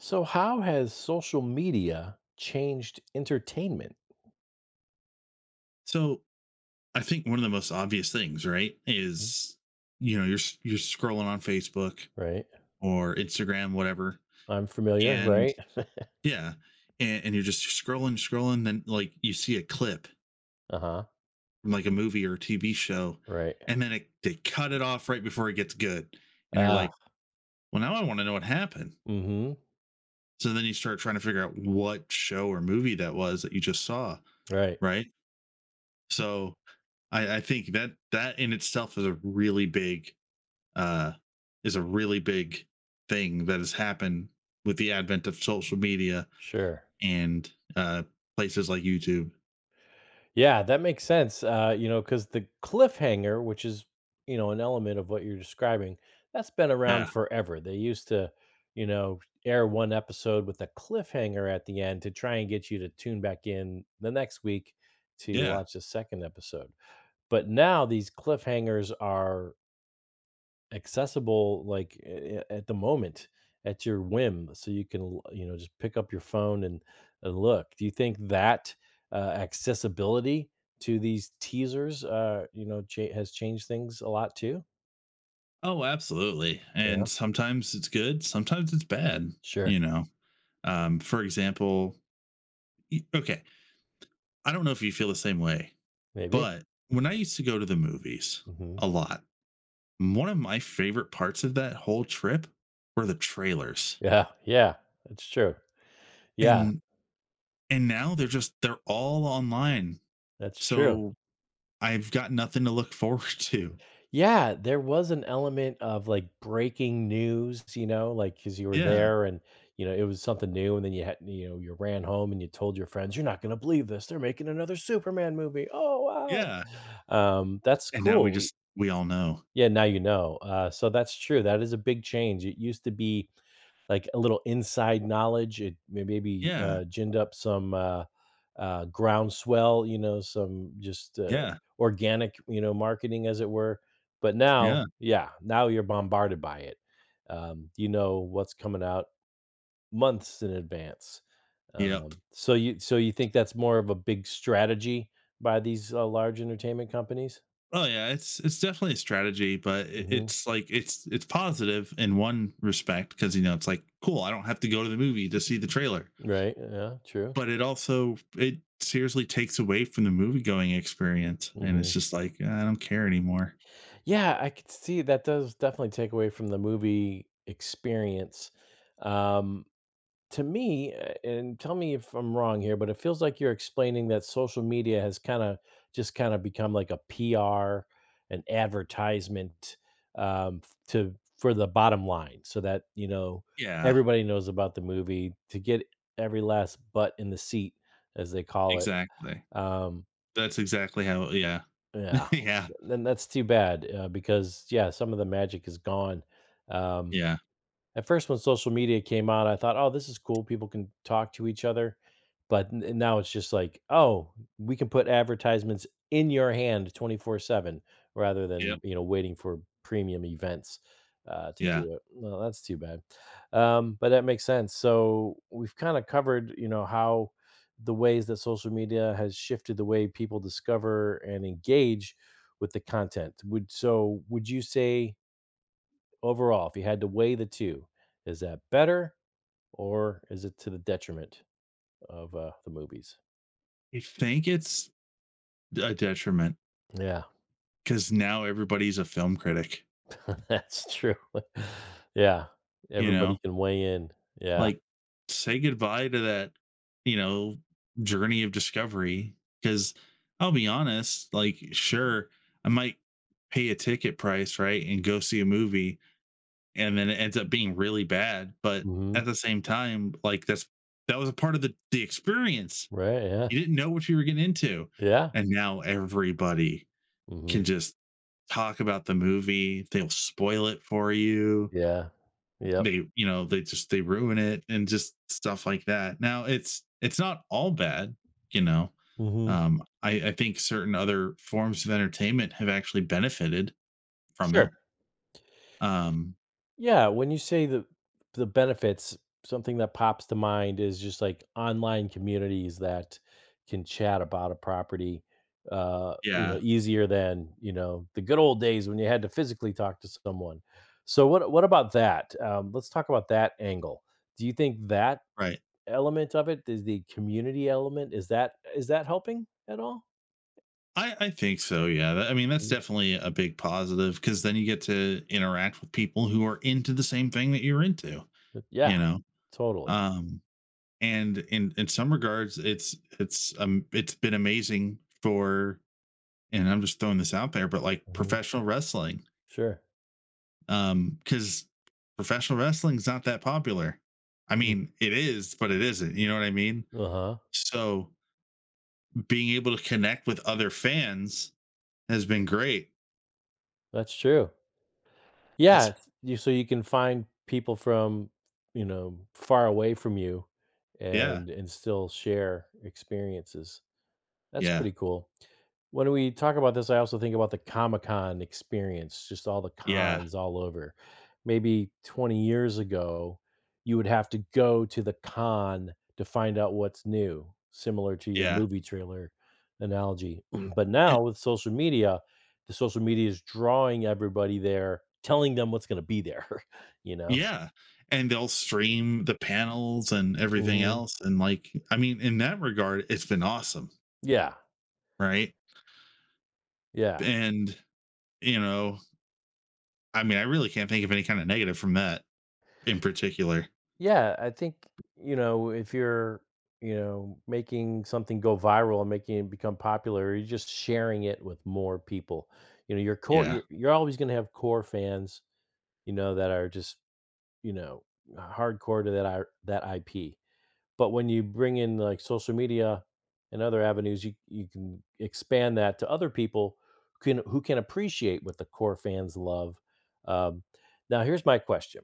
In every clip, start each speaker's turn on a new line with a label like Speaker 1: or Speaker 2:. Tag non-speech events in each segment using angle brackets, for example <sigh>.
Speaker 1: So, how has social media changed entertainment?
Speaker 2: So I think one of the most obvious things, right,
Speaker 1: Mhm.
Speaker 2: is you're you're scrolling on Facebook
Speaker 1: Right.
Speaker 2: or Instagram, whatever,
Speaker 1: I'm familiar,
Speaker 2: and
Speaker 1: right? <laughs>
Speaker 2: yeah, and you're just scrolling, scrolling, then like you see a clip
Speaker 1: Uh huh.
Speaker 2: from like a movie or a TV show,
Speaker 1: Right.
Speaker 2: and then they cut it off right before it gets good, and you're
Speaker 1: Ah,
Speaker 2: like, well, now I want to know what happened.
Speaker 1: mm hmm.
Speaker 2: So then you start trying to figure out what show or movie that was that you just saw,
Speaker 1: Right.
Speaker 2: right? So I think that that in itself is a really big uh, is a really big thing that has happened with the advent of social media
Speaker 1: Sure.
Speaker 2: and places like YouTube.
Speaker 1: Yeah, that makes sense. You know, because the cliffhanger, which is, an element of what you're describing, that's been around
Speaker 2: Yeah,
Speaker 1: forever. They used to, you know, air one episode with a cliffhanger at the end to try and get you to tune back in the next week to
Speaker 2: yeah.
Speaker 1: watch the second episode. But now these cliffhangers are accessible, like, a at the moment, at your whim, so you can l you know, just pick up your phone and look. Do you think that, uh, accessibility to these teasers, you know, cha has changed things a lot too?
Speaker 2: Oh, absolutely.
Speaker 1: Yeah,
Speaker 2: And sometimes it's good, sometimes it's bad.
Speaker 1: sure,
Speaker 2: You know, for example, okay, I don't know if you feel the same way,
Speaker 1: maybe.
Speaker 2: but when I used to go to the movies
Speaker 1: Mhm.
Speaker 2: a lot, one of my favorite parts of that whole trip were the trailers.
Speaker 1: Yeah, yeah, that's true. Yeah,
Speaker 2: And now they're all online.
Speaker 1: that's true.
Speaker 2: So I've got nothing to look forward <laughs> to.
Speaker 1: Yeah, there was an element of, like, breaking news, you know, like because you were
Speaker 2: Yeah,
Speaker 1: there and, you know, it was something new, and then you had you know, you ran home and you told your friends, "You're not gonna believe this, they're making another Superman movie. Oh,
Speaker 2: yeah,
Speaker 1: wow." That's
Speaker 2: and now we
Speaker 1: cool.
Speaker 2: just we all know.
Speaker 1: Yeah, now you know. So that's true, that is a big change. It used to be like a little inside knowledge. It may maybe,
Speaker 2: Yeah,
Speaker 1: ginned up some, groundswell, you know, some just,
Speaker 2: yeah,
Speaker 1: organic, you know, marketing as it were. But now
Speaker 2: yeah,
Speaker 1: yeah, now you're bombarded by it. You know what's coming out months in advance.
Speaker 2: yep.
Speaker 1: So you think that's more of a big strategy by these, large entertainment companies?
Speaker 2: Oh, yeah, it's definitely a strategy, but it
Speaker 1: Mhm.
Speaker 2: it's like it's positive in one respect because you know, it's like, "Cool, I don't have to go to the movie to see the trailer,"
Speaker 1: Right, yeah, true.
Speaker 2: but it also it seriously takes away from the movie-going experience, and it's
Speaker 1: Mhm.
Speaker 2: just like, "I don't care anymore."
Speaker 1: Yeah, I could see that does definitely take away from the movie experience. Um, to me, and tell me if I'm wrong here, but it feels like you're explaining that social media has kind of become like a PR, an advertisement f- to for the bottom line, so that you know
Speaker 2: Yeah,
Speaker 1: everybody knows about the movie to get every last butt in the seat, as they call it.
Speaker 2: exactly.
Speaker 1: Um,
Speaker 2: That's exactly how yeah,
Speaker 1: yeah,
Speaker 2: <laughs> yeah,
Speaker 1: then that's too bad, because, yeah, some of the magic is gone. um,
Speaker 2: yeah,
Speaker 1: at first, when social media came out, I thought, "Oh, this is cool. People can talk to each other." But n now it's just like, "Oh, we can put advertisements in your hand 24/7 rather than,
Speaker 2: yep,
Speaker 1: you know, waiting for premium events, to
Speaker 2: yeah.
Speaker 1: do it." Well, that's too bad. But that makes sense. So we've kinda covered, you know, how the ways that social media has shifted the way people discover and engage with the content. Would you say overall, if you had to weigh the two, is that better or is it to the detriment of the movies?
Speaker 2: I think it's a detriment
Speaker 1: Yeah,
Speaker 2: because now everybody's a film critic.
Speaker 1: <laughs> that's true. <laughs> Yeah,
Speaker 2: You
Speaker 1: everybody
Speaker 2: know,
Speaker 1: can weigh in. Yeah.
Speaker 2: like say goodbye to that, you know, journey of discovery. Because I'll be honest, like, sure, I might pay a ticket price, right, and go see a movie, and then it ends up being really bad. But
Speaker 1: Hmm.
Speaker 2: at the same time, like, that's that was a part of the experience.
Speaker 1: Right. Yeah.
Speaker 2: You didn't know what you were getting into,
Speaker 1: Yeah.
Speaker 2: and now everybody
Speaker 1: Hmm.
Speaker 2: can just talk about the movie. They'll spoil it for you.
Speaker 1: Yeah. Yep.
Speaker 2: They, you know, they just they ruin it and just stuff like that. Now it's not all bad, you know.
Speaker 1: Hmm.
Speaker 2: I think certain other forms of entertainment have actually benefited from
Speaker 1: Sure.
Speaker 2: it. Um,
Speaker 1: Yeah, when you say the benefits, something that pops to mind is just like online communities that can chat about a property, you know,
Speaker 2: yeah,
Speaker 1: easier than you know the good old days when you had to physically talk to someone. So what about that? Let's talk about that angle. Do you think that
Speaker 2: right.
Speaker 1: element of it is the community element? Is that helping at all?
Speaker 2: I think so. Yeah. That- I mean, that's
Speaker 1: Mhm.
Speaker 2: definitely a big positive because then you get to interact with people who are into the same thing that you're into,
Speaker 1: But yeah,
Speaker 2: you know?
Speaker 1: totally.
Speaker 2: Um, and in some regards it's been amazing for and I'm just throwing this out there but like
Speaker 1: Hmm.
Speaker 2: professional wrestling,
Speaker 1: Sure.
Speaker 2: um, because professional wrestling is not that popular. I mean it is but it isn't, you know what I mean?
Speaker 1: Uh huh.
Speaker 2: So being able to connect with other fans has been great.
Speaker 1: That's true. Yeah,
Speaker 2: That's
Speaker 1: it's you so you can find people from, you know, far away from you
Speaker 2: yeah,
Speaker 1: and still share experiences. That's
Speaker 2: yeah,
Speaker 1: pretty cool. When we talk about this, I also think about the Comic-Con experience, just all the
Speaker 2: yeah,
Speaker 1: cons all over. Maybe 20 years ago, you would have to go to the con to find out what's new, similar to your
Speaker 2: yeah,
Speaker 1: movie trailer analogy. <clears throat> But
Speaker 2: and,
Speaker 1: now with social media, the social media is drawing everybody there, telling them what's gonna be there, <laughs> you know?
Speaker 2: yeah, and they'll stream the panels and everything
Speaker 1: Mhm.
Speaker 2: else and like, I mean, in that regard it's been awesome,
Speaker 1: Yeah,
Speaker 2: right.
Speaker 1: yeah.
Speaker 2: And, you know, I mean, I really can't think of any kind of negative from that in particular.
Speaker 1: Yeah, I think, you know, if you're, you know, making something go viral and making it become popular, you're just sharing it with more people. You know, your core
Speaker 2: Yeah.
Speaker 1: you're, you're always going to have core fans, you know, that are just, you know, hardcore to that IP. But when you bring in like social media and other avenues, you can expand that to other people who can appreciate what the core fans love. Um, now, here's my question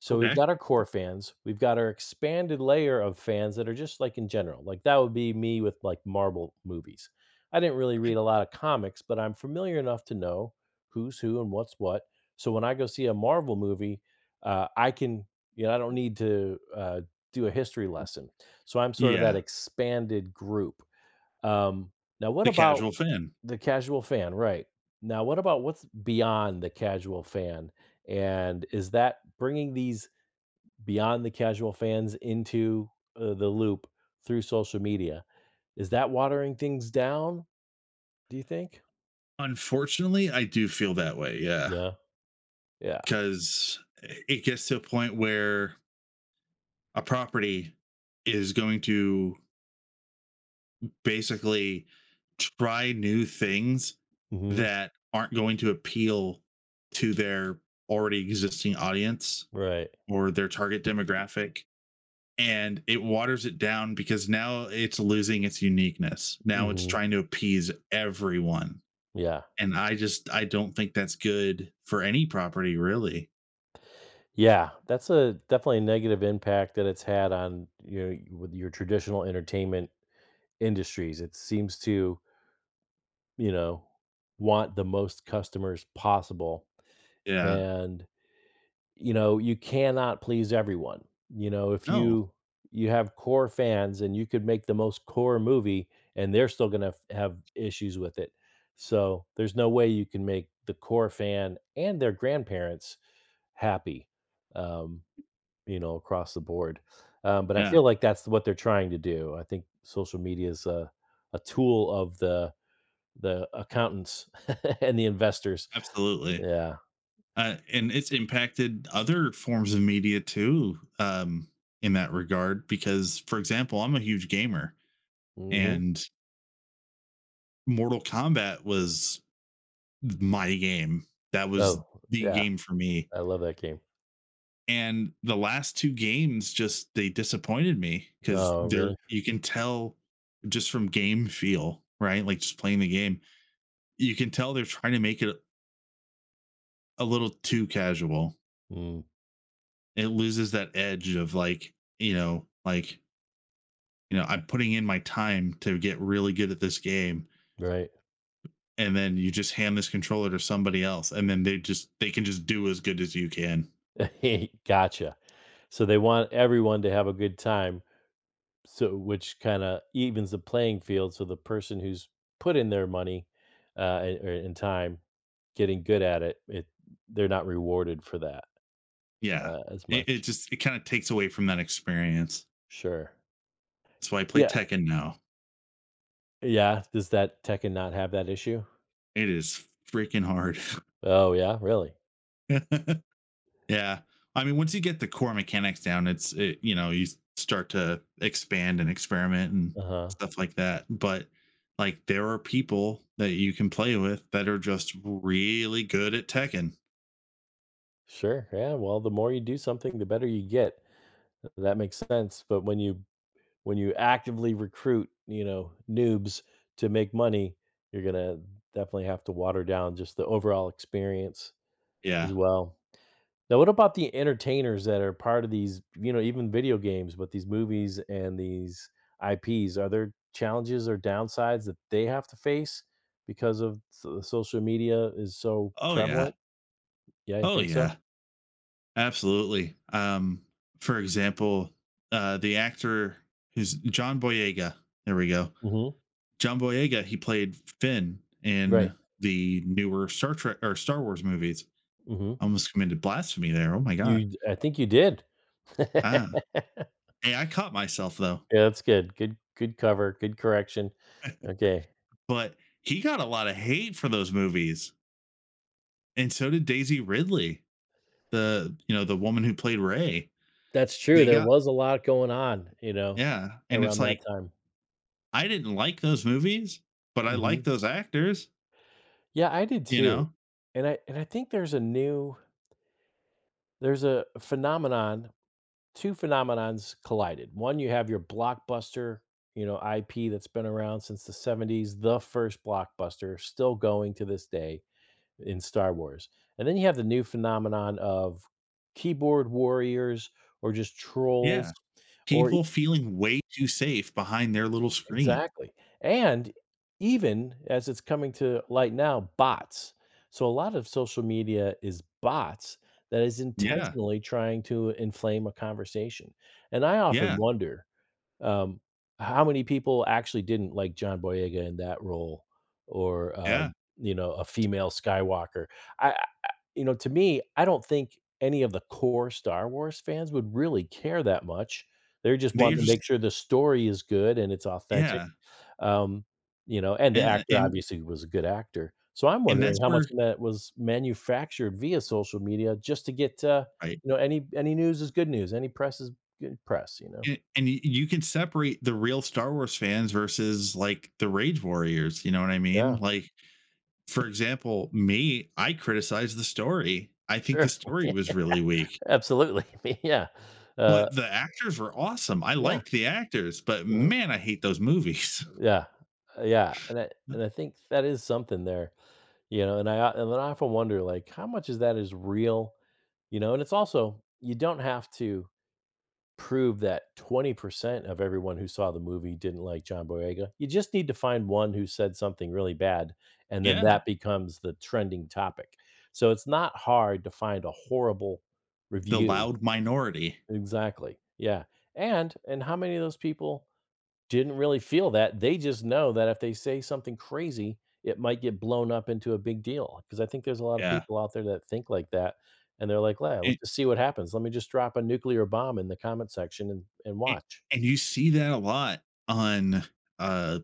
Speaker 1: so we've
Speaker 2: Okay.
Speaker 1: got our core fans, we've got our expanded layer of fans that are just like in general. Like that would be me with like Marvel movies. I didn't really
Speaker 2: I
Speaker 1: read a lot of comics, but I'm familiar enough to know who's who and what's what. So when I go see a Marvel movie, I can, you know, I don't need to do a history lesson. So I'm sort of that
Speaker 2: yeah,
Speaker 1: expanded group. Um, now, what
Speaker 2: the
Speaker 1: about
Speaker 2: casual fan.
Speaker 1: the casual fan? Right. Now, what about what's beyond the casual fan? And is that bringing these beyond the casual fans into, the loop through social media. Is that watering things down, do you think?
Speaker 2: Unfortunately, I do feel that way, yeah,
Speaker 1: Yeah, yeah.
Speaker 2: because it gets to a point where a property is going to basically try new things
Speaker 1: Mhm,
Speaker 2: that aren't going to appeal to their already existing audience
Speaker 1: right.
Speaker 2: or their target demographic, and it waters it down because now it's losing its uniqueness. Now it's
Speaker 1: Mhm,
Speaker 2: trying to appease everyone.
Speaker 1: yeah.
Speaker 2: And I just I don't think that's good for any property really.
Speaker 1: Yeah, that's a definitely a negative impact that it's had on, you with your traditional entertainment industries. It seems to, you know, want the most customers possible,
Speaker 2: Yeah.
Speaker 1: and you know, you cannot please everyone. You know, if
Speaker 2: No.
Speaker 1: you you have core fans and you could make the most core movie and they're still gonna have issues with it. So, there's no way you can make the core fan and their grandparents happy, um, you know, across the board. But I
Speaker 2: Yeah,
Speaker 1: feel like that's what they're trying to do. I think social media is a tool of the accountants <laughs> and the investors.
Speaker 2: absolutely.
Speaker 1: Yeah.
Speaker 2: And it's impacted other forms of media too, um, in that regard because for example, I'm a huge gamer
Speaker 1: Mhm.
Speaker 2: and Mortal Kombat was my game. That was
Speaker 1: Oh,
Speaker 2: the
Speaker 1: yeah.
Speaker 2: game for me,
Speaker 1: I love that game.
Speaker 2: and the last two games just they disappointed me because
Speaker 1: Oh,
Speaker 2: they're
Speaker 1: really?
Speaker 2: you can tell just from game feel, right, like just playing the game you can tell they're trying to make it a little too casual.
Speaker 1: Mm,
Speaker 2: It loses that edge of, like, you know, like, you know, I'm putting in my time to get really good at this game,
Speaker 1: right.
Speaker 2: and then you just hand this controller to somebody else and then they can just do as good as you can.
Speaker 1: <laughs> Gotcha. So they want everyone to have a good time, so which kinda evens the playing field, so the person who's put in their money, and time getting good at it, they're not rewarded for that,
Speaker 2: Yeah.
Speaker 1: as
Speaker 2: It
Speaker 1: much.
Speaker 2: just it kinda takes away from that experience.
Speaker 1: Sure.
Speaker 2: That's why I play
Speaker 1: Yeah.
Speaker 2: Tekken now.
Speaker 1: Yeah, does that Tekken not have that issue?
Speaker 2: It is freaking hard.
Speaker 1: Oh, yeah? Really?
Speaker 2: <laughs> Yeah. I mean, once you get the core mechanics down, it's it, you know, you start to expand and experiment and
Speaker 1: Uh-huh.
Speaker 2: stuff like that. But like there are people that you can play with that are just really good at Tekken.
Speaker 1: Sure, yeah, well, the more you do something, the better you get. That makes sense, but when you actively recruit, you know, noobs to make money, you're gonna definitely have to water down just the overall experience
Speaker 2: Yeah.
Speaker 1: as well. Now, what about the entertainers that are part of these, you know, even video games, but these movies and these IPs? Are there challenges or downsides that they have to face because of social media is so
Speaker 2: Oh yeah.
Speaker 1: prevalent? Yeah, I
Speaker 2: Oh
Speaker 1: think so?
Speaker 2: yeah. Absolutely. For example, the actor who's John Boyega. There we go.
Speaker 1: Hmm.
Speaker 2: John Boyega, he played Finn
Speaker 1: Right.
Speaker 2: in the newer Star Trek or Star Wars movies.
Speaker 1: Hmm.
Speaker 2: Almost committed blasphemy there. Oh my god.
Speaker 1: You, I think you did.
Speaker 2: Ah,
Speaker 1: <laughs>
Speaker 2: hey, I caught myself though,
Speaker 1: Yeah, that's good. Good cover, good correction. Okay.
Speaker 2: but he got a lot of hate for those movies, and so did Daisy Ridley, the, you know, the woman who played Ray.
Speaker 1: That's true,
Speaker 2: They
Speaker 1: there
Speaker 2: got
Speaker 1: was a lot going on, you know,
Speaker 2: yeah, and it's
Speaker 1: around that
Speaker 2: like
Speaker 1: time.
Speaker 2: I didn't like those movies, but I like
Speaker 1: Mhm.
Speaker 2: those actors.
Speaker 1: Yeah, I did
Speaker 2: You
Speaker 1: too,
Speaker 2: know,
Speaker 1: and I think there's a phenomenon two phenomenons collided. One, you have your blockbuster, you know, IP that's been around since the '70s, the first blockbuster, still going to this day in Star Wars, and then you have the new phenomenon of keyboard warriors or just
Speaker 2: yeah,
Speaker 1: trolls or
Speaker 2: people feeling way too safe behind their little screen.
Speaker 1: exactly, and even as it's coming to light now, bots. So a lot of social media is bots that is
Speaker 2: Yeah,
Speaker 1: intentionally trying to inflame a conversation, and I often
Speaker 2: yeah,
Speaker 1: wonder, um, how many people actually didn't like John Boyega in that role or,
Speaker 2: yeah.
Speaker 1: you know, a female Skywalker. I I I you know, to me, I don't think any of the core Star Wars fans would really care that much. They're just
Speaker 2: They're
Speaker 1: wanting to make
Speaker 2: just
Speaker 1: sure the story is good and it's authentic
Speaker 2: yeah,
Speaker 1: um, you know, and the
Speaker 2: and,
Speaker 1: actor
Speaker 2: and
Speaker 1: obviously was a good actor. So I'm
Speaker 2: and
Speaker 1: wondering
Speaker 2: that's
Speaker 1: how much
Speaker 2: where
Speaker 1: of that was manufactured via social media just to get,
Speaker 2: right.
Speaker 1: you know, any news is good news, any press is good press, you know?
Speaker 2: And you can separate the real Star Wars fans versus like the rage warriors. You know what I mean?
Speaker 1: Yeah,
Speaker 2: Like, for <laughs> example, me, I criticized the story. I think the
Speaker 1: sure. <laughs>
Speaker 2: story
Speaker 1: Yeah,
Speaker 2: was really weak,
Speaker 1: absolutely. <laughs> Yeah. Uh,
Speaker 2: but the actors were awesome. I
Speaker 1: yeah,
Speaker 2: liked the actors, but
Speaker 1: mhm,
Speaker 2: man, I hate those movies.
Speaker 1: yeah, yeah, and I
Speaker 2: <laughs>
Speaker 1: think that is something there, you know, and then I often wonder, like, how much is real, you know, and it's also you don't have to prove that 20% of everyone who saw the movie didn't like John Boyega. You just need to find one who said something really bad, and then
Speaker 2: Yeah,
Speaker 1: that becomes the trending topic. So it's not hard to find a horrible
Speaker 2: the
Speaker 1: review.
Speaker 2: loud minority.
Speaker 1: Exactly. Yeah. And how many of those people didn't really feel that. They just know that if they say something crazy, it might get blown up into a big deal. Because I think there's a lot of
Speaker 2: Yeah,
Speaker 1: people out there that think like that, and they're like, "Well, let's
Speaker 2: and,
Speaker 1: just see what happens. Let me just drop a nuclear bomb in the comment section and
Speaker 2: and,
Speaker 1: watch."
Speaker 2: and you see that a lot on uh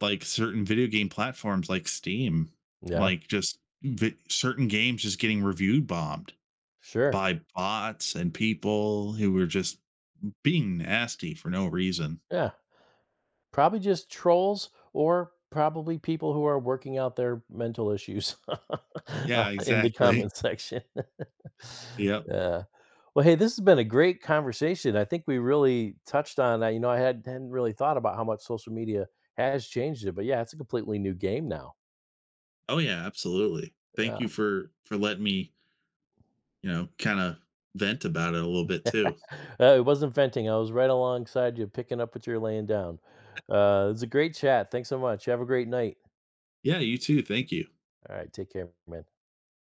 Speaker 2: like certain video game platforms like Steam,
Speaker 1: Yeah,
Speaker 2: like just certain games just getting review bombed
Speaker 1: sure.
Speaker 2: by bots and people who were just being nasty for no reason.
Speaker 1: Yeah. Probably just trolls or probably people who are working out their mental issues, <laughs>
Speaker 2: Yeah,
Speaker 1: in the
Speaker 2: exactly.
Speaker 1: comment section. <laughs>
Speaker 2: Yep.
Speaker 1: Yeah. Well, hey, this has been a great conversation. I think we really touched on I you know, I had hadn't really thought about how much social media has changed it, but yeah, it's a completely new game now.
Speaker 2: Oh yeah, absolutely.
Speaker 1: Yeah.
Speaker 2: Thank you for letting me, you know, kind of vent about it a little bit too.
Speaker 1: It wasn't venting, I was right alongside you, picking up what you're laying down. It's a great chat. Thanks so much. Have a great night.
Speaker 2: Yeah, you too. Thank you.
Speaker 1: Alright, take care, man.